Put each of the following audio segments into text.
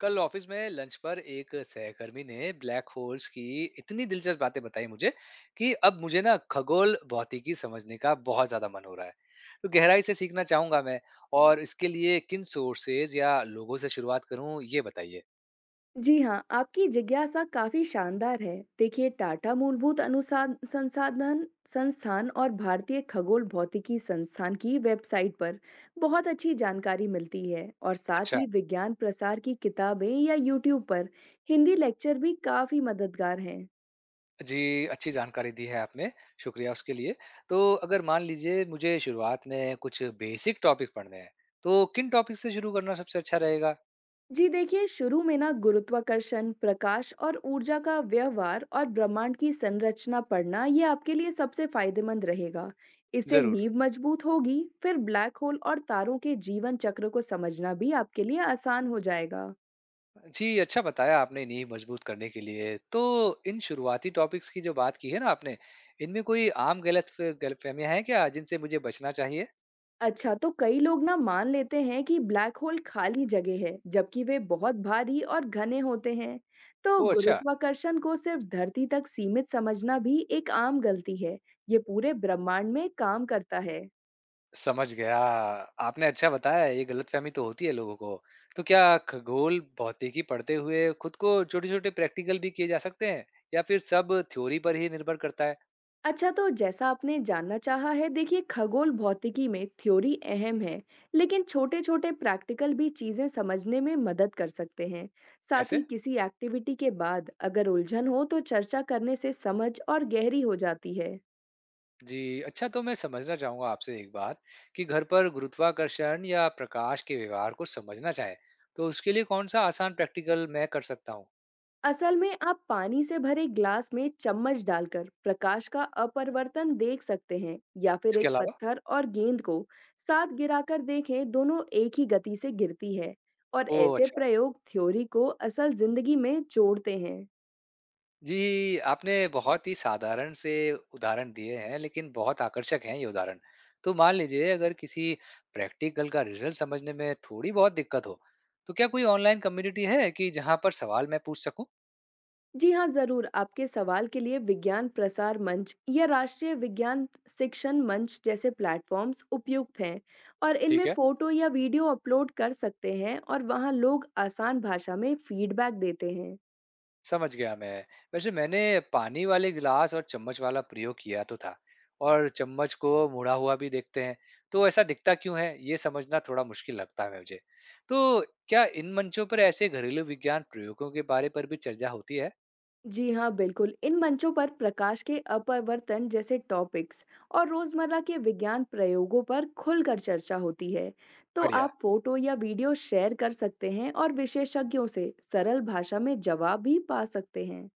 कल ऑफिस में लंच पर एक सहकर्मी ने ब्लैक होल्स की इतनी दिलचस्प बातें बताई मुझे कि अब मुझे ना खगोल भौतिकी समझने का बहुत ज्यादा मन हो रहा है। तो गहराई से सीखना चाहूंगा मैं और इसके लिए किन सोर्सेज या लोगों से शुरुआत करूं ये बताइए। जी हाँ, आपकी जिज्ञासा काफी शानदार है। देखिए, टाटा मूलभूत अनुसार संसाधन संस्थान और भारतीय खगोल भौतिकी संस्थान की वेबसाइट पर बहुत अच्छी जानकारी मिलती है और साथ अच्छा। ही विज्ञान प्रसार की किताबें या यूट्यूब पर हिंदी लेक्चर भी काफी मददगार हैं। जी अच्छी जानकारी दी है आपने, शुक्रिया उसके लिए। तो अगर मान लीजिए मुझे शुरुआत में कुछ बेसिक टॉपिक पढ़ने हैं, तो किन टॉपिक से शुरू करना सबसे अच्छा रहेगा? जी देखिए, शुरू में ना गुरुत्वाकर्षण, प्रकाश और ऊर्जा का व्यवहार और ब्रह्मांड की संरचना पढ़ना ये आपके लिए सबसे फायदेमंद रहेगा। इससे जरूर। नींव मजबूत होगी, फिर ब्लैक होल और तारों के जीवन चक्र को समझना भी आपके लिए आसान हो जाएगा। जी, अच्छा बताया आपने नींव मजबूत करने के लिए। तो इन शुरुआती टॉपिक्स की जो बात की है ना आपने, इनमें कोई आम गलतफ़हमियाँ हैं क्या जिनसे मुझे बचना चाहिए? अच्छा, तो कई लोग ना मान लेते हैं कि ब्लैक होल खाली जगह है, जबकि वे बहुत भारी और घने होते हैं। तो ओह अच्छा, गुरुत्वाकर्षण को सिर्फ धरती तक सीमित समझना भी एक आम गलती है। ये पूरे ब्रह्मांड में काम करता है। समझ गया। आपने अच्छा बताया ये गलतफ़हमी तो होती है लोगों को। तो क्या खगोल, भौतिकी पढ़ते हुए खुद को छोटे-छोटे प्रैक्टिकल भी किए जा सकते हैं या फिर सब थ्योरी पर ही निर्भर करता है? अच्छा, तो जैसा आपने जानना चाहा है, देखिए खगोल भौतिकी में थ्योरी अहम है, लेकिन छोटे छोटे प्रैक्टिकल भी चीजें समझने में मदद कर सकते हैं। साथ कैसे? ही किसी एक्टिविटी के बाद अगर उलझन हो तो चर्चा करने से समझ और गहरी हो जाती है। जी, अच्छा तो मैं समझना चाहूँगा आपसे एक बात कि घर पर गुरुत्वाकर्षण या प्रकाश के व्यवहार को समझना चाहे, तो उसके लिए कौन-सा आसान प्रैक्टिकल मैं कर सकता हूँ? असल में आप पानी से भरे ग्लास में चम्मच डालकर प्रकाश का अपरिवर्तन देख सकते हैं, या फिर इसके एक अलावा? पत्थर और गेंद को साथ गिराकर देखें, दोनों एक ही गति से गिरती है और ओह! ऐसे अच्छा। प्रयोग थ्योरी को असल जिंदगी में जोड़ते हैं। जी, आपने बहुत ही साधारण से उदाहरण दिए हैं, लेकिन बहुत आकर्षक हैं ये उदाहरण। तो मान लीजिए अगर किसी प्रैक्टिकल का रिज़ल्ट समझने में थोड़ी-बहुत दिक्कत हो, तो क्या कोई ऑनलाइन कम्युनिटी है कि जहाँ पर सवाल मैं पूछ सकूँ? जी हाँ, जरूर। आपके सवाल के लिए विज्ञान प्रसार मंच या राष्ट्रीय विज्ञान शिक्षण मंच जैसे प्लेटफॉर्म्स उपयुक्त हैं और ठीक इनमें है। फोटो या वीडियो अपलोड कर सकते हैं और वहाँ लोग आसान भाषा में फीडबैक देते हैं। समझ गया मैं। वैसे मैंने पानी वाले गिलास और चम्मच वाला प्रयोग किया तो था और चम्मच को मुड़ा हुआ भी देखते हैं। तो ऐसा दिखता क्यों है, ये समझना थोड़ा मुश्किल लगता है मुझे। तो क्या इन मंचों पर ऐसे घरेलू विज्ञान प्रयोगों के बारे पर भी चर्चा होती है? जी हाँ, बिल्कुल। इन मंचों पर प्रकाश के अपवर्तन जैसे टॉपिक्स और रोजमर्रा के विज्ञान प्रयोगों पर खुलकर चर्चा होती है। तो बढ़िया, आप फोटो या वीडियो शेयर कर सकते हैं और विशेषज्ञों से सरल भाषा में जवाब भी पा सकते हैं।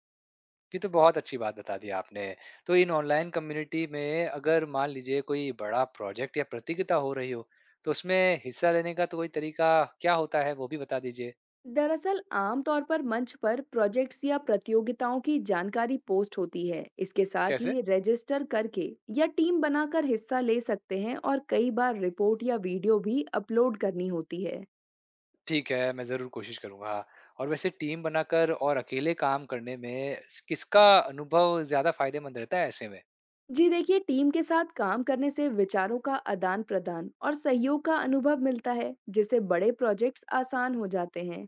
ये तो बहुत अच्छी बात बता दी आपने। तो इन ऑनलाइन कम्युनिटी में अगर मान लीजिए कोई बड़ा प्रोजेक्ट या प्रतियोगिता हो रही हो, तो उसमें हिस्सा लेने का तो कोई तरीका क्या होता है, वो भी बता दीजिए। दरअसल आमतौर पर मंच पर प्रोजेक्ट्स या प्रतियोगिताओं की जानकारी पोस्ट होती है। इसके साथ कैसे? ही रजिस्टर करके या टीम बनाकर हिस्सा ले सकते हैं और कई बार रिपोर्ट या वीडियो भी अपलोड करनी होती है। ठीक है, मैं ज़रूर कोशिश करूँगा। और वैसे टीम बनाकर और अकेले काम करने में स किसका अनुभव ज़्यादा फ़ायदेमंद रहता है ऐसे में? जी देखिए, टीम के साथ काम करने से विचारों का आदान प्रदान और सहयोग का अनुभव मिलता है, जिससे बड़े प्रोजेक्ट्स आसान हो जाते हैं।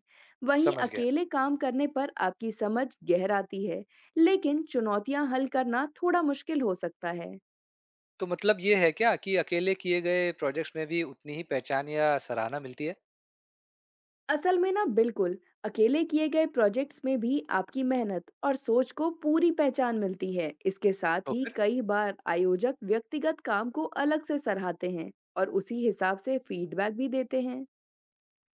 वहीं समझ गया। अकेले काम करने पर आपकी समझ गहराती है, लेकिन चुनौतियां हल करना थोड़ा मुश्किल हो सकता है। तो मतलब ये है क्या कि अकेले किए गए प्रोजेक्ट्स में भी उतनी ही पहचान या सराहना मिलती है? असल में ना, बिल्कुल अकेले किए गए प्रोजेक्ट्स में भी आपकी मेहनत और सोच को पूरी पहचान मिलती है। इसके साथ तो ही फिर? कई बार आयोजक व्यक्तिगत काम को अलग से सराहते हैं और उसी हिसाब से फीडबैक भी देते हैं।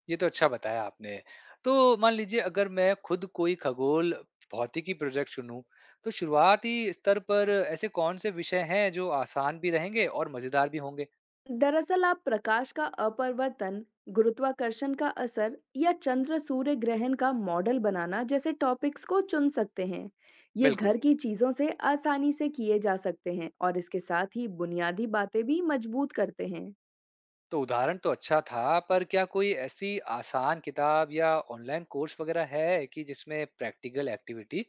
ये तो अच्छा बताया आपने। तो मान लीजिए अगर मैं खुद कोई खगोल भौतिकी प्रोजेक्ट चुनूँ, तो शुरुआती स्तर पर ऐसे कौन से विषय हैं जो आसान भी रहेंगे और मज़ेदार भी होंगे? दरअसल आप प्रकाश का अपवर्तन, गुरुत्वाकर्षण का असर या चंद्र सूर्य ग्रहण का मॉडल बनाना जैसे टॉपिक्स को चुन सकते हैं। ये बिल्कुल। घर की चीजों से आसानी से किए जा सकते हैं और इसके साथ ही बुनियादी बातें भी मजबूत करते हैं। तो उदाहरण तो अच्छा था, पर क्या कोई ऐसी आसान किताब या ऑनलाइन कोर्स वगैरह है कि जिसमें प्रैक्टिकल एक्टिविटी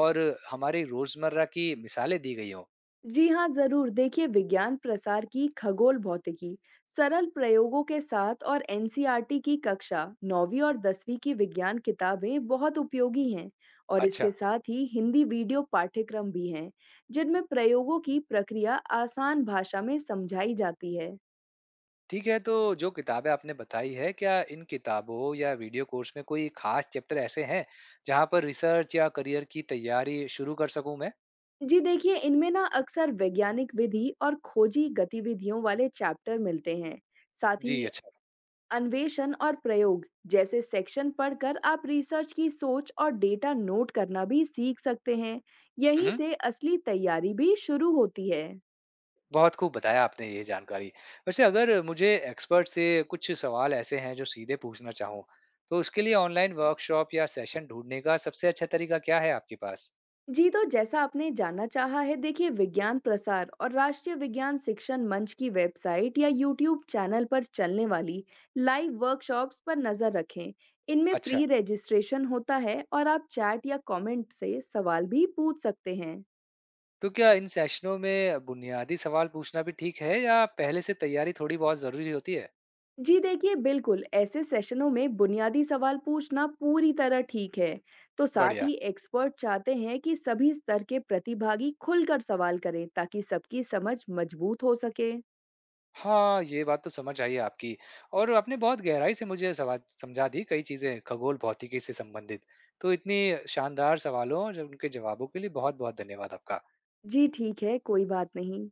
और हमारी रोजमर्रा की मिसालें दी गई हों? जी हाँ, ज़रूर। देखिए, विज्ञान प्रसार की खगोल भौतिकी, सरल प्रयोगों के साथ, और एनसीईआरटी की कक्षा 9वीं और 10वीं की विज्ञान किताबें बहुत उपयोगी हैं। और अच्छा, इसके साथ ही हिंदी वीडियो पाठ्यक्रम भी हैं, जिनमें प्रयोगों की प्रक्रिया आसान भाषा में समझाई जाती है। ठीक है। तो जो किताबें आपने बताई है, क्या इन किताबों या वीडियो कोर्स में कोई खास चैप्टर ऐसे हैं जहाँ पर रिसर्च या करियर की तैयारी शुरू कर सकूँ मैं? जी देखिए, इनमें ना अक्सर वैज्ञानिक विधि और खोजी गतिविधियों वाले चैप्टर मिलते हैं। साथ जी, ही अच्छा। अन्वेषण और प्रयोग जैसे सेक्शन पढ़कर आप रिसर्च की सोच और डेटा नोट करना भी सीख सकते हैं। यहीं मम्, से असली तैयारी भी शुरू होती है। बहुत खूब बताया आपने ये जानकारी। वैसे अगर मुझे एक्सपर्ट से कुछ सवाल ऐसे हैं जो सीधे पूछना चाहूँ, तो उसके लिए ऑनलाइन वर्कशॉप या सेशन ढूँढने का सबसे अच्छा तरीका क्या है आपके पास? जी, तो जैसा आपने जानना चाहा है, देखिए विज्ञान प्रसार और राष्ट्रीय विज्ञान शिक्षण मंच की वेबसाइट या यूट्यूब चैनल पर चलने वाली लाइव वर्कशॉप्स पर नजर रखें। इनमें अच्छा, फ्री रजिस्ट्रेशन होता है और आप चैट या कमेंट से सवाल भी पूछ सकते हैं। तो क्या इन सेशनों में बुनियादी सवाल पूछना भी ठीक है या पहले से तैयारी थोड़ी बहुत ज़रूरी होती है? जी देखिए, बिल्कुल ऐसे सेशनों में बुनियादी सवाल पूछना पूरी तरह ठीक है। तो साथ बढ़िया। ही एक्सपर्ट चाहते हैं कि सभी स्तर के प्रतिभागी खुलकर सवाल करें, ताकि सबकी समझ मजबूत हो सके। हाँ, ये बात तो समझ आई आपकी और आपने बहुत गहराई से मुझे सवा समझा दी कई चीज़ें खगोल भौतिकी से संबंधित। तो इतनी शानदार सवालों और उनके जवाबों के लिए बहुत-बहुत धन्यवाद आपका। जी ठीक है, कोई बात नहीं।